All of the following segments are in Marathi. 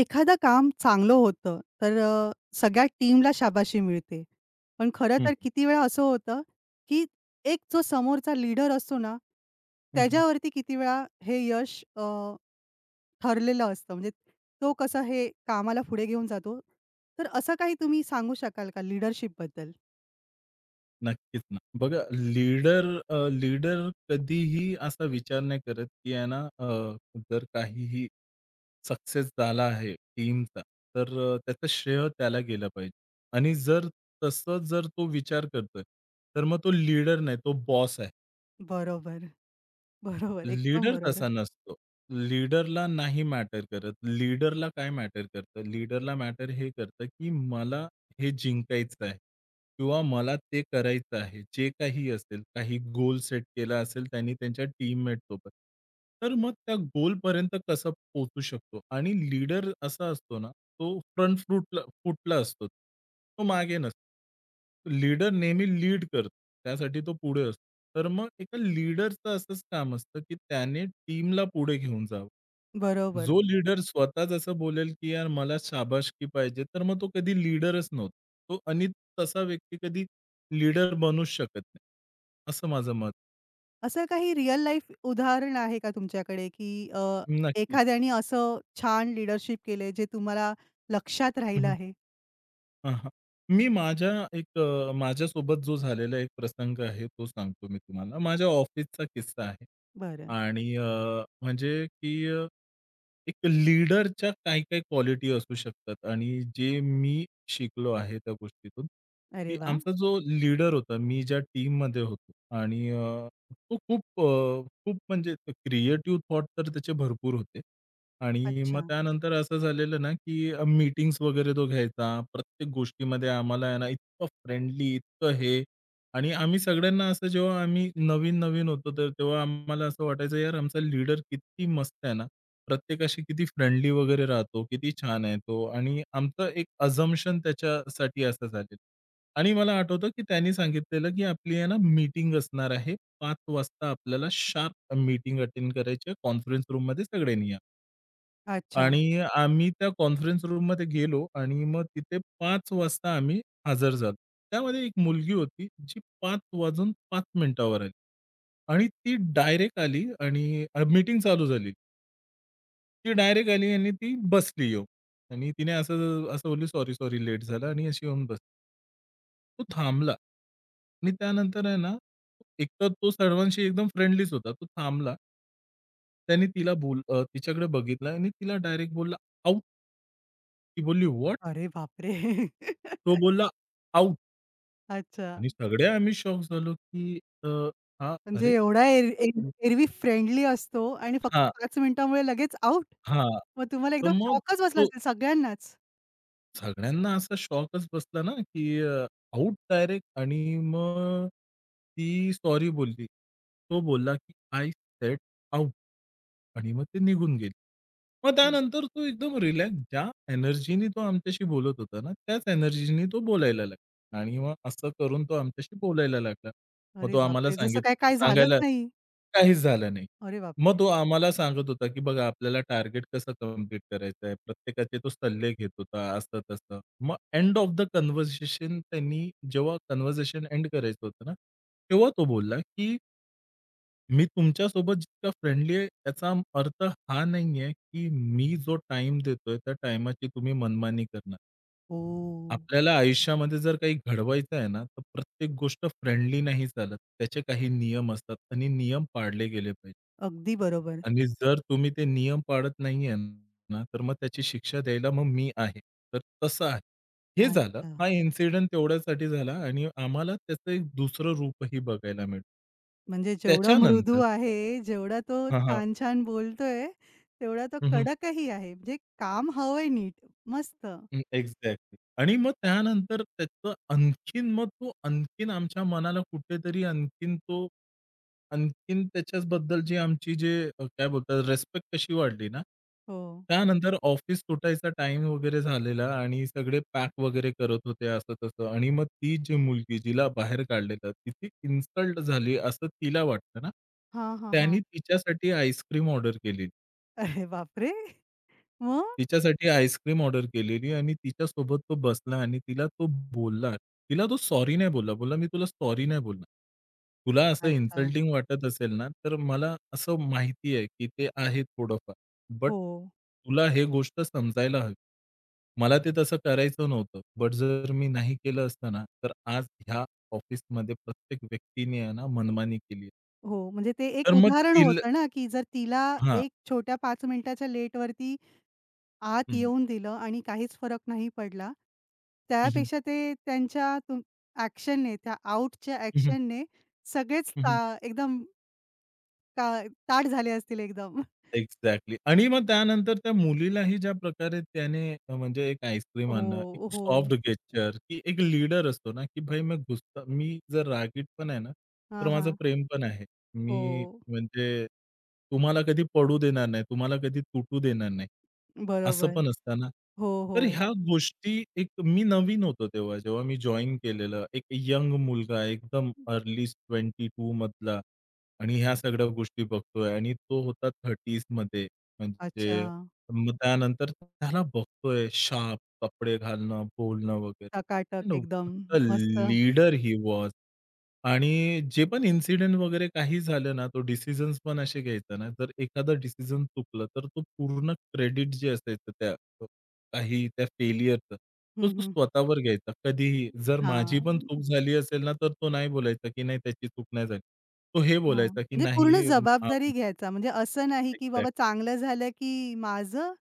एखादं काम चांगलं होतं, तर सगळ्या टीमला शाबाशी मिळते. पण खरं हं, तर किती वेळा असं होतं, की एक जो समोरचा लीडर असतो ना, हं, हं. त्याच्यावरती किती वेळा हे यश ठरलेलं असतं. म्हणजे तो कसं हे कामाला पुढे घेऊन जातो. तर असं काही तुम्ही सांगू शकाल का लीडरशिपबद्दल? नक्कीच ना. बघा लीडर अ, लीडर कधीही असा विचार नाही करत, की आहे ना, जर काहीही सक्सेस झाला आहे टीमचा, तर त्याचं श्रेय त्याला गेलं पाहिजे. आणि जर तसं तो विचार करतोय, तर मग तो लीडर नाही, तो बॉस आहे. बरोबर, बरोबर. एकदम लीडर बरोबर. तसा नसतो. लीडरला नाही मॅटर करत. लीडरला काय मॅटर करतं? लीडरला मॅटर हे करतं, की मला हे जिंकायचं आहे किंवा मला ते करायचं आहे. जे काही असेल, काही गोल सेट केला असेल त्यांनी त्यांच्या टीममेटसोबत. तर मग त्या गोलपर्यंत कसं पोहोचू शकतो? आणि लीडर असा असतो ना, तो फ्रंट फूटला असतो. तो मागे नसतो. लीडर नेहमी लीड करतो. त्यासाठी तो पुढे असतो. तर मग एका लीडरचं असंच काम असतं, की त्याने टीमला पुढे घेऊन जावं. बरोबर. जो लीडर स्वतःच असं बोलेल, की यार मला शाबासकी पाहिजे, तर मग तो कधी लीडरच नव्हता. तो आणि तसा व्यक्ती कधी लीडर बनूच शकत नाही. असं माझं मत. असं काही रिअल लाईफ उदाहरण आहे का तुमच्याकडे, नक्कीच. एखाद्याने असं छान लीडरशिप केलंय जे तुम्हाला लक्षात हं, राहिलं हं. आहे? हां, मी माझ्या एक माझ्यासोबत जो झालेला एक प्रसंग आहे, तो सांगतो मी तुम्हाला. माझ्या ऑफिसचा किस्सा आहे. बरं. आणि म्हणजे की, एक लीडरच्या काही-काही क्वालिटी असू शकतात आणि जे मी शिकलो आहे त्या गोष्टीतून, की अरे वाह! आमचा जो लीडर होता, मी ज्या टीममध्ये होतो आणि तो खूप खूप म्हणजे क्रिएटिव्ह थॉट तर त्याचे भरपूर होते. आणि मग अच्छा, त्यानंतर असं झालेलं ना, की मीटिंग्स वगैरे तो घ्यायचा. प्रत्येक गोष्टीमध्ये आम्हाला आहे ना, इतकं फ्रेंडली, इतकं हे. आणि आम्ही सगळ्यांना असं, जेव्हा आम्ही नवीन-नवीन होतो, तर तेव्हा आम्हाला असं वाटायचं, यार आमचा लीडर किती मस्त आहे ना. प्रत्येकाशी किती फ्रेंडली वगैरे राहतो, किती छान आहे तो आणि आमचं एक अझम्पशन त्याच्यासाठी असं झालेलं. आणि मला आठवतं, की त्यांनी सांगितलेलं, की आपली आहे ना मीटिंग असणार आहे. 5:00 वाजता आपल्याला शार्प मीटिंग अटेंड करायची, कॉन्फरन्स रूममध्ये सगळ्यांनी या. अच्छा. आणि आम्ही त्या कॉन्फरन्स रूममध्ये गेलो आणि मग तिथे 5:00 वाजता आम्ही हजर झालो. त्यामध्ये एक मुलगी होती, जी 5 वाजून 5 मिनिटावर आली आणि ती डायरेक्ट आली आणि मीटिंग चालू झाली. ती डायरेक्ट आली आणि ती बसली येऊन आणि तिने असं असं बोलली, "सॉरी, सॉरी, लेट झालं" आणि अशी येऊन बसली. तो थांबला आणि त्यानंतर आहे ना, एकतर तो सर्वांशी एकदम फ्रेंडलीच होता. तो थांबला. त्याने तिला तिच्याकडे बघितलं आणि तिला डायरेक्ट बोलला, ती बोलली, "व्हॉट?" अरे बापरे! तो बोलला, "आउट." अच्छा. आणि सगळे आम्ही शॉक झालो, की हां, म्हणजे अरे. एवढा एर एर एरवी फ्रेंडली असतो आणि फक्त हां, 5 मिनिटांमुळे लगेच आउट. हां. मग तुम्हाला तर एकदम मग शॉकच बसला तो असेल सगळ्यांनाच. सगळ्यांना असा शॉकच बसला ना, की आउट डायरेक्ट. आणि मग ती सॉरी बोलली. तो बोलला, की "आय सेट आउट." आणि मग ते निघून गेले. मग हं. त्यानंतर तो एकदम रिलॅक्स, ज्या एनर्जीनी तो आमच्याशी बोलत होता ना, त्याच एनर्जीनी तो बोलायला लागला आणि मग असं करून तो आमच्याशी बोलायला लागला. मग अरे तो आम्हाला बापरे! जसं काय काय झालंच सांगायला नाही. काहीच झालं नाही. अरे मग बापरे! तो आम्हाला सांगत होता, की बघा आपल्याला टार्गेट कसं कंप्लीट करायचं आहे. प्रत्येकाचे तो सल्ले घेत होता, असं-तसं. मग एंड ऑफ द कन्व्हर्सेशन, त्यांनी जेव्हा कन्व्हर्सेशन एंड करायचं होतं ना, तेव्हा तो बोलला, की "मी तुमच्यासोबत जितका फ्रेंडली आहे, त्याचा अर्थ हा नाहीये, की मी जो टाईम देतोय, त्या टाईमाची तुम्ही मनमानी करणार." हो. आपल्याला आयुष्यामध्ये जर काही घडवायचं आहे ना, तर प्रत्येक गोष्ट फ्रेंडली नाही चालत. त्याचे काही नियम असतात आणि नियम पाळले गेले पाहिजे. अगदी बरोबर. आणि जर तुम्ही ते नियम पाळत नाहीये ना, तर मग त्याची शिक्षा द्यायला मग मी आहे. तर तसं आहे. हे झालं. अच्छा. हा इन्सिडेंट तेवढ्यासाठी झाला आणि आम्हाला त्याचं एक दुसरं रूपही बघायला मिळतं. म्हणजे जेवढा मृदू त्याच्यानंतर आहे, जेवढा तो हां, हां. छान-छान बोलतोय, तेवढा तो कडकही आहे. म्हणजे काम हवंय नीट. मस्त. हं, एक्झॅक्टली. आणि मग त्यानंतर त्याचं आणखीन, मग तो आणखीन आमच्या मनाला कुठेतरी आणखीन तो आणखीन, त्याच्याबद्दलची आमची जे काय बोलतात रिस्पेक्ट कशी वाढली ना. हो. त्यानंतर ऑफिस सुटायचा टाईम वगैरे झालेला आणि सगळे पॅक वगैरे करत होते, असं-तसं आणि मग ती जी मुलगी जिला बाहेर काढलेलं, तिची इन्सल्ट झाली असं तिला वाटलं ना, हां, हां, त्यानी हां. तिच्यासाठी आईस्क्रीम ऑर्डर केली. अरे बापरे! मग? तिच्यासाठी आईस्क्रीम ऑर्डर केलेली आणि तिच्यासोबत तो बसला आणि तिला तो बोलला. तिला तो सॉरी नाही बोलला. बोलला, "मी तुला सॉरी नाही बोलणार. तुला असं अच्छा. इन्सल्टिंग वाटत असेल ना, तर मला असं माहिती आहे, की ते आहे थोडंफार. बट हो, तुला हे गोष्ट समजायला हवी. मला ते तसं करायचं नव्हतं. बट जर मी नाही केलं असतं ना, तर आज ह्या ऑफिसमध्ये प्रत्येक व्यक्तीने आहे ना मनमानी केली आहे." हो. म्हणजे ते एक तर मग उदाहरण तिला होतं ना, की जर तिला हां. एक छोट्या 5 मिनिटाच्या लेटवरती हं, आत हं. येऊन दिलं आणि काहीच फरक नाही पडला, हं, हं. त्यापेक्षा ते त्यांच्या ॲक्शनने, त्या आउटच्या ॲक्शनने सगळेच हं, ता हं. एकदम ता ताठ झाले असतील एकदम. एक्झॅक्टली. आणि मग त्यानंतर त्या मुलीलाही ज्या प्रकारे त्याने, म्हणजे एक आईस्क्रीम आणणं, एक हो, हो. सॉफ्ट गेस्चर, की एक लीडर असतो ना, की भाई मैं गुस्सा, मी जर रागीट पण आहे ना, तर हां, माझं हां. प्रेम पण आहे. हो, मी म्हणजे तुम्हाला कधी पडू देणार नाही, तुम्हाला कधी तुटू देणार नाही. असं बरोबर. पण असतं ना. हो, हो. तर ह्या गोष्टी, एक मी नवीन होतो तेव्हा, जेव्हा मी जॉइन केलेलं. एक यंग मुलगा एकदम अर्ली 22 मधला. आणि ह्या सगळ्या गोष्टी बघतोय आणि तो होता 30s मध्ये. अच्छा. म्हणजे मग त्यानंतर त्याला बघतोय, शार्प कपडे घालणं, बोलणं वगैरे. टकाटक अँड एकदम व्हॉट अ मस्त. Leader he was. आणि जे पण इन्सिडेंट वगैरे काही झालं ना, तो डिसिजन्स पण असे घ्यायचा ना, जर एखादा डिसिजन चुकलं, तर तो पूर्ण क्रेडिट जे असायचं त्या काही त्या फेल्युअरचं, तो हं, तो हं. स्वतःवर घ्यायचा. कधीही जर माझी हां, पण चूक झाली असेल ना, तर तो नाही बोलायचा, की नाही त्याची चूक नाही झाली. तो हे हां. बोलायचा, की म्हणजे पूर्ण नाही अ, जबाबदारी घ्यायचा. म्हणजे असं नाही, की बाबा एक्झॅक्ट. चांगलं झालं, की माझं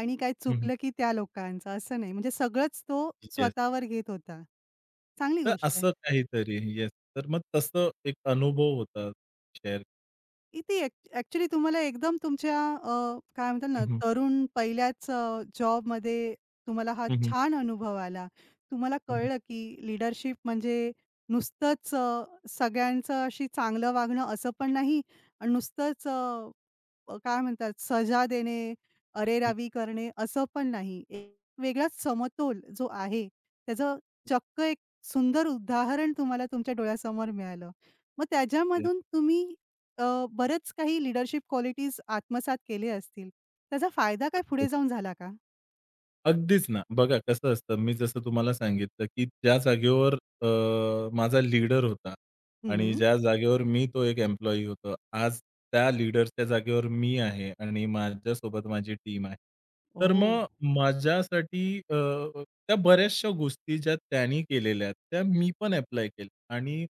आणि काय हं, हं. चुकलं, की त्या लोकांचं असं नाही. म्हणजे सगळंच तो येस. स्वतःवर घेत होता. चांगली तर गोष्ट असं आहे. काहीतरी. येस. तर मग तसं एक अनुभव होता शेअर. इथे ॲक तुम्हाला एकदम तुमच्या काय म्हणतात हं, ना, हं. तरुण पहिल्याच जॉबमध्ये तुम्हाला हा हं, छान अनुभव आला. तुम्हाला कळलं की लीडरशिप म्हणजे नुसतंच सगळ्यांचं अशी चांगलं वागणं असं पण नाही आणि नुसतंच काय म्हणतात सजा देणे, अरेरावी करणे असं पण नाही. एक वेगळाच समतोल जो आहे, त्याचं चक्क एक सुंदर उदाहरण तुम्हाला तुमच्या डोळ्यासमोर मिळालं. मग त्याच्यामधून तुम्ही अ, बरेच काही लीडरशिप क्वालिटीज आत्मसात केले असतील. त्याचा फायदा काय पुढे येस. जाऊन झाला का? अगदीच ना. बघा कसं असतं, मी जसं तुम्हाला सांगितलं, की ज्या जागेवर अ, माझा लीडर होता हं, आणि हं. ज्या जागेवर मी तो एक एम्प्लॉयी होतो, आज त्या लीडरच्या जागेवर मी आहे आणि माझ्यासोबत माझी टीम आहे. तर ओह! मग माझ्यासाठी त्या बऱ्याचशा गोष्टी ज्या त्यानी केलेल्या आहेत, त्या मी पण ॲप्लाय केल्या आणि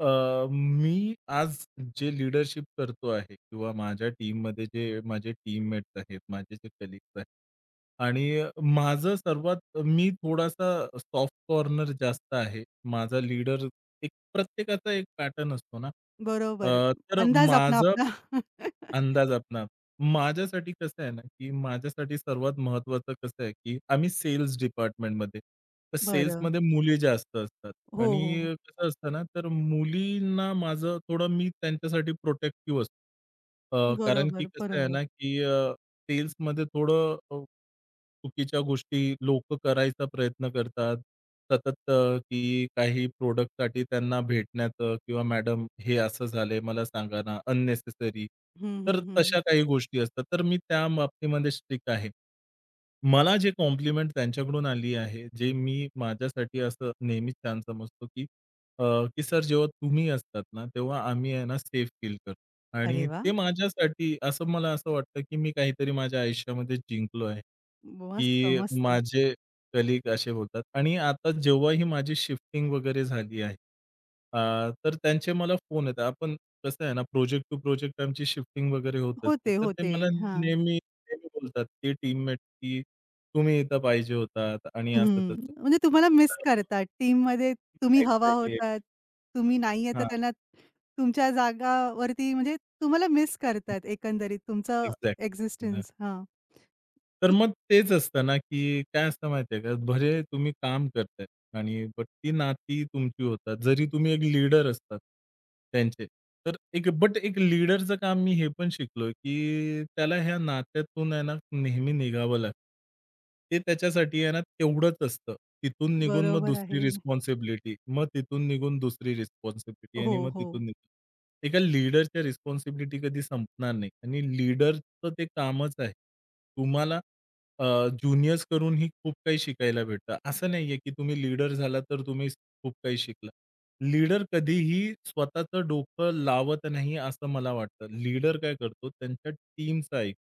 मी आज जे लीडरशिप करतो आहे किंवा माझ्या टीममध्ये जे माझे टीममेट्स आहेत, माझे जे कलीग्स आहेत आणि माझं सर्वात मी थोडासा सॉफ्ट कॉर्नर जास्त आहे. माझा लीडर एक प्रत्येकाचा एक पॅटर्न असतो ना. अ, बरोबर. तर अंदाज आपला, माझा आपला. अंदाज, माझ्यासाठी कसं आहे ना, की माझ्यासाठी सर्वात महत्त्वाचं कसं आहे, की आम्ही सेल्स डिपार्टमेंटमध्ये. तर बरं. सेल्समध्ये मुली जास्त असतात हो, हो, हो. आणि कसं असतं ना, तर मुलींना माझं थोडं, मी त्यांच्यासाठी प्रोटेक्टिव्ह असतो. कारण की बरोबर, कसं आहे बरोबर. ना, की सेल्समध्ये थोडं चुकीच्या गोष्टी लोकं करायचा प्रयत्न करतात. सतत, की काही प्रॉडक्टसाठी त्यांना भेटण्याचं किंवा मॅडम हे असं झालंय मला सांगा ना, अननेसेसरी. हं, तर हं, हं, तशा हं. काही गोष्टी असतात. तर मी त्या बाबतीमध्ये स्ट्रिक्ट आहे. मला जे कॉम्प्लिमेंट त्यांच्याकडून आली आहे, जे मी माझ्यासाठी असं नेहमीच छान समजतो, की अ, की सर जेव्हा तुम्ही असतात ना, तेव्हा आम्ही आहे ना सेफ फील करतो. अरे आणि वाह! ते माझ्यासाठी, असं मला असं वाटतं, की मी काहीतरी माझ्या आयुष्यामध्ये जिंकलो आहे, मस्त, की मस्त. माझे कलीग असे बोलतात. आणि आता जेव्हा ही माझी शिफ्टिंग वगैरे झाली आहे, तर त्यांचे मला फोन येतात. आपण कसं आहे ना, प्रोजेक्ट टू प्रोजेक्ट आमची शिफ्टिंग वगैरे होत असते. होते, तर ते होते. मला हां. नेहमी नेहमी बोलतात, की टीममेट, की तुम्ही इथं पाहिजे होतात आणि असं हं. तसं. म्हणजे तुम्हाला मिस करतात. टीममध्ये तुम्ही हवा एक्झॅक्टली. होतात. तुम्ही नाहीये तर हां, त्यांना तुमच्या जागावरती म्हणजे तुम्हाला मिस करतात एकंदरीत तुमचं एक्झॅक्ट. एक्झिस्टन्स. हां. तर मग तेच असतं ना, की काय असतं माहिती का, भले तुम्ही काम करताय आणि बट ती नाती तुमची होतात. जरी तुम्ही एक लीडर असतात त्यांचे. तर एक बट एक लीडरचं काम मी हे पण शिकलोय, की त्याला ह्या नात्यातून आहे ना, नेहमी निघावं लागतं. ते त्याच्यासाठी आहे ना, तेवढंच असतं. तिथून निघून मग बरोबर दुसरी आहे. रिस्पॉन्सिबिलिटी, मग तिथून निघून दुसरी रिस्पॉन्सिबिलिटी हो, आणि मग हो. तिथून निघून. एका लीडरच्या रिस्पॉन्सिबिलिटी कधी संपणार नाही आणि लीडरचं ते कामच आहे. तुम्हाला अ, ज्युनियर्स कडूनही खूप काही शिकायला भेटतं. असं नाहीये, की तुम्ही लीडर झाला तर तुम्ही खूप काही शिकला. लीडर कधीही स्वतःचं डोकं लावत नाही असं मला वाटतं. लीडर काय करतो, त्यांच्या टीमचा ऐकतो.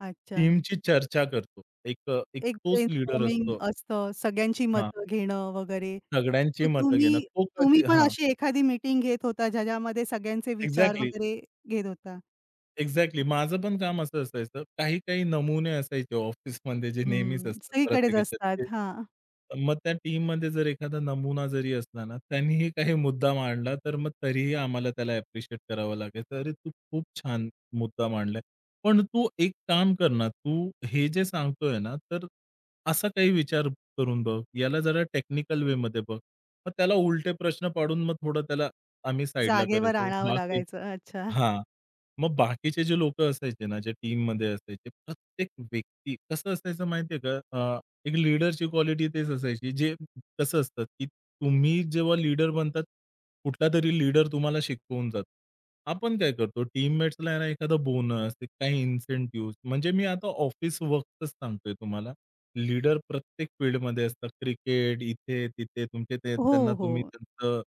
अच्छा. टीमची चर्चा करतो. एक एक एक तोच लीडर ब्रेनस्टॉर्मिंग असतो. असतं. सगळ्यांची हां, मतं घेणं वगैरे. सगळ्यांची मग मतं घेणं. तुम्ही तो तुम्ही कधी पण हां, अशी एखादी मीटिंग घेत होता ज्याच्यामध्ये सगळ्यांचे विचार एक्झॅक्टली. वगैरे घेत होता. एक्झॅक्टली. माझं पण काम असं असायचं. काही-काही नमुने असायचे ऑफिसमध्ये, जे नेहमीच हं. असतात सगळीकडेच प्रत्येकाच्या असतात. ते. हां. मग त्या टीममध्ये जर एखादा नमुना जरी असला ना, त्यांनीही काही मुद्दा मांडला, तर मग तरीही आम्हाला त्याला ॲप्रिशिएट करावं लागायचं. "अरे, तू खूप छान मुद्दा मांडलाय. पण तू एक काम कर ना, तू हे जे सांगतोय ना, तर असा काही विचार करून बघ. याला जरा टेक्निकल वेमध्ये बघ." मग त्याला उलटे प्रश्न पाडून मग थोडं त्याला आम्ही साइडला जागेवर करायचो. आणावं बाकी लागायचं. अच्छा. हां. मग बाकीचे जे लोकं असायचे ना, जे टीममध्ये असायचे, प्रत्येक व्यक्ती कसं असायचं माहिती का? अ, एक लीडरची क्वालिटी तेच असायची. जे कसं असतं, की तुम्ही जेव्हा लीडर बनतात, कुठलातरी लीडर तुम्हाला शिकवून जातो. आपण काय करतो, टीममेट्सला आहे ना एखादा बोनस, काही इन्सेंटिव्हज, म्हणजे मी आता ऑफिस वर्कच सांगतोय तुम्हाला. लीडर प्रत्येक फील्डमध्ये असतात. क्रिकेट, इथे-तिथे तुमचे ते, हो, त्यांना तुम्ही हो. त्यांचं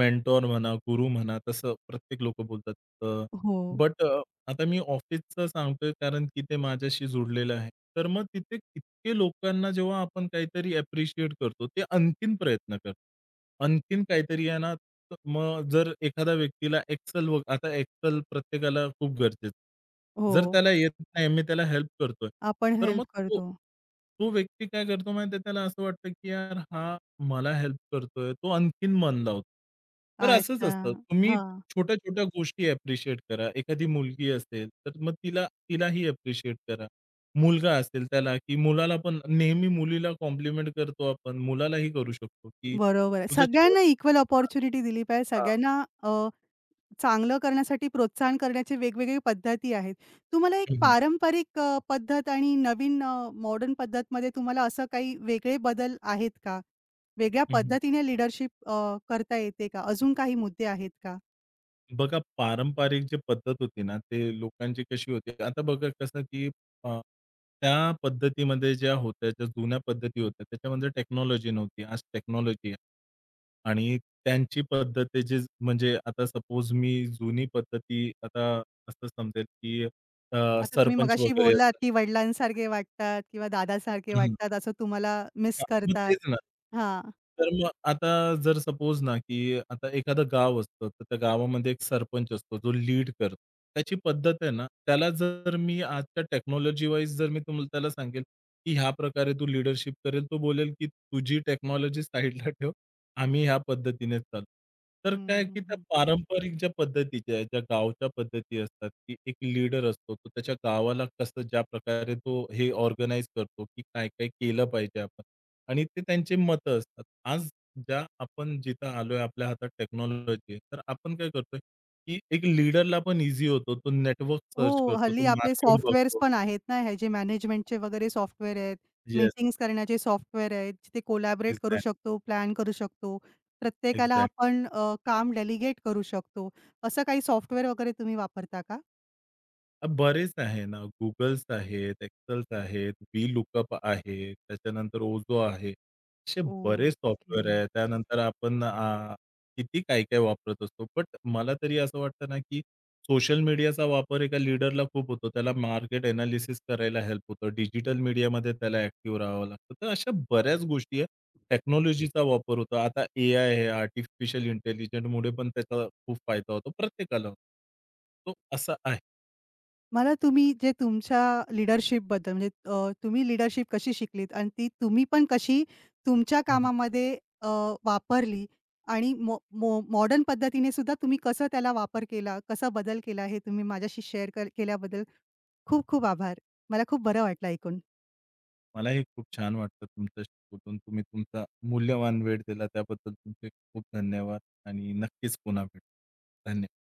मेंटॉर म्हणा, गुरु म्हणा, तसं प्रत्येक लोकं बोलतात. अ, हो, बट आता मी ऑफिसचं सांगतोय, कारण की ते माझ्याशी जुडलेलं आहे. तर मग तिथे ते लोकांना, जेव्हा आपण काहीतरी ॲप्रिशिएट करतो, ते आणखीन प्रयत्न करतात. आणखीन काहीतरी आहे ना, तर मग जर एखाद्या व्यक्तीला एक्सेल, व आता एक्सेल प्रत्येकाला खूप गरजेचं आहे. हो. जर त्याला येत नाही, मी त्याला हेल्प करतोय. आपण तर मग हेल्प तो करतो. तो व्यक्ती काय करतो माहिती आहे, त्याला असं वाटतं, की यार हा मला हेल्प करतोय, तो आणखीन मन लावतो. तर असंच अच्छा. असतं. तुम्ही हां. छोट्या-छोट्या गोष्टी ॲप्रिशिएट करा. एखादी मुलगी असेल, तर मग तिलाही ॲप्रिशिएट करा. मुलगा असेल त्याला, की मुलाला पण, नेहमी मुलीला कॉम्प्लिमेंट करतो आपण, मुलालाही करू शकतो, की बरोबर आहे. तुझं शर्ट सगळ्यांना इक्वल अपॉर्च्युनिटी दिली पाहिजे. हां. सगळ्यांना चांगलं करण्यासाठी प्रोत्साहन करण्याचे वेगवेगळ्या पद्धती आहेत. तुम्हाला एक हं, हं. पारंपरिक पद्धत आणि नवीन मॉडर्न पद्धतमध्ये तुम्हाला असं काही वेगळे बदल आहेत का? वेगळ्या हं, हं. पद्धतीने लीडरशिप करता येते का? अजून काही मुद्दे आहेत का? बघा पारंपरिक जी पद्धत होती ना, ते लोकांची कशी होती. आता बघा कसं, की अ, त्या पद्धतीमध्ये ज्या होत्या, ज्या जुन्या पद्धती होत्या, त्याच्यामध्ये टेक्नॉलॉजी नव्हती. आज टेक्नॉलॉजी आहे. आणि त्यांची पद्धत आहे जे, म्हणजे आता सपोज मी जुनी पद्धती आता असं समजेल, की आता तुम्ही सरपंच मगाशी वगैरे बोललात, असतात. की वडिलांसारखे वाटतात किंवा दादासारखे हं, वाटतात, असं तुम्हाला मिस हां, मग करतात. तेच ना. हां. तर मग आता जर सपोज ना, की आता एखादं गाव असतं, तर त्या गावामध्ये एक सरपंच असतो, जो लीड करतो. त्याची पद्धत आहे ना, त्याला जर मी आजच्या टेक्नॉलॉजी वाईज, जर मी तुम्हाला त्याला सांगेल, की ह्या प्रकारे तू लीडरशिप करेल, तो बोलेल, की तुझी टेक्नॉलॉजी साईडला ठेव. आम्ही ह्या पद्धतीने चालू. तर हं, काय आहे, की हं, त्या हं. पारंपरिक ज्या पद्धतीच्या आहेत, ज्या गावच्या पद्धती असतात, की एक लीडर असतो, तो त्याच्या गावाला कसं, ज्या प्रकारे तो हे ऑर्गनाइज करतो, की काय-काय केलं पाहिजे आपण. आणि ते त्यांचे मतं असतात. आज ज्या आपण जिथं आलोय, आपल्या हातात टेक्नॉलॉजी आहे. तर आपण काय करतोय, की एक लीडरला पण ईझी होतो. तो नेटवर्क हो, सर्च करतो, तो हल्ली आपले मार्केट सॉफ्टवेअर्स बघतो. पण आहेत ना, हे जे मॅनेजमेंटचे वगैरे सॉफ्टवेअर आहेत, येस, मीटिंग्स करण्याचे सॉफ्टवेअर आहेत, जिथे कोलॅबोरेट करू एक्झॅक्ट, शकतो, प्लॅन करू शकतो. प्रत्येकाला एक्झॅक्ट. आपण अ, काम डेलिगेट करू शकतो. असं काही सॉफ्टवेअर वगैरे तुम्ही वापरता का? बरेच आहे ना, Googles आहेत, Excels आहेत, VLookup आहे, त्याच्यानंतर Ozo आहे. असे बरेच ओके. सॉफ्टवेअर आहे. त्यानंतर आपण किती काय-काय वापरत असतो. बट मला तरी असं वाटतं ना, की सोशल मीडियाचा वापर एका लीडरला खूप होतो. त्याला मार्केट एनालिसिस करायला हेल्प होतं. डिजिटल मीडियामध्ये त्याला ॲक्टिव्ह राहावं लागतं. तर अशा बऱ्याच गोष्टी आहेत. टेक्नॉलॉजीचा वापर होतो. आता AI आहे, आर्टिफिशियल इंटेलिजन्समुळे पण त्याचा खूप फायदा होतो. प्रत्येकाला तो असा आहे. मला तुम्ही जे तुमच्या लीडरशिपबद्दल म्हणजे तुम्ही लीडरशिप कशी शिकलीत आणि ती तुम्ही पण कशी तुमच्या कामामध्ये अ, वापरली आणि मॉ मॉ मॉडर्न पद्धतीने सुद्धा तुम्ही कसं त्याला वापर केला, कसा बदल केला हे तुम्ही माझ्याशी शेअर कर केल्याबद्दल खूप खूप आभार. मला खूप बरं वाटलं ऐकून. मलाही खूप छान वाटलं तुमच्याशी बोलून. तुम्ही तुमचा मूल्यवान वेळ दिला त्याबद्दल तुमचे खूप धन्यवाद आणि नक्कीच पुन्हा भेटू. धन्यवाद.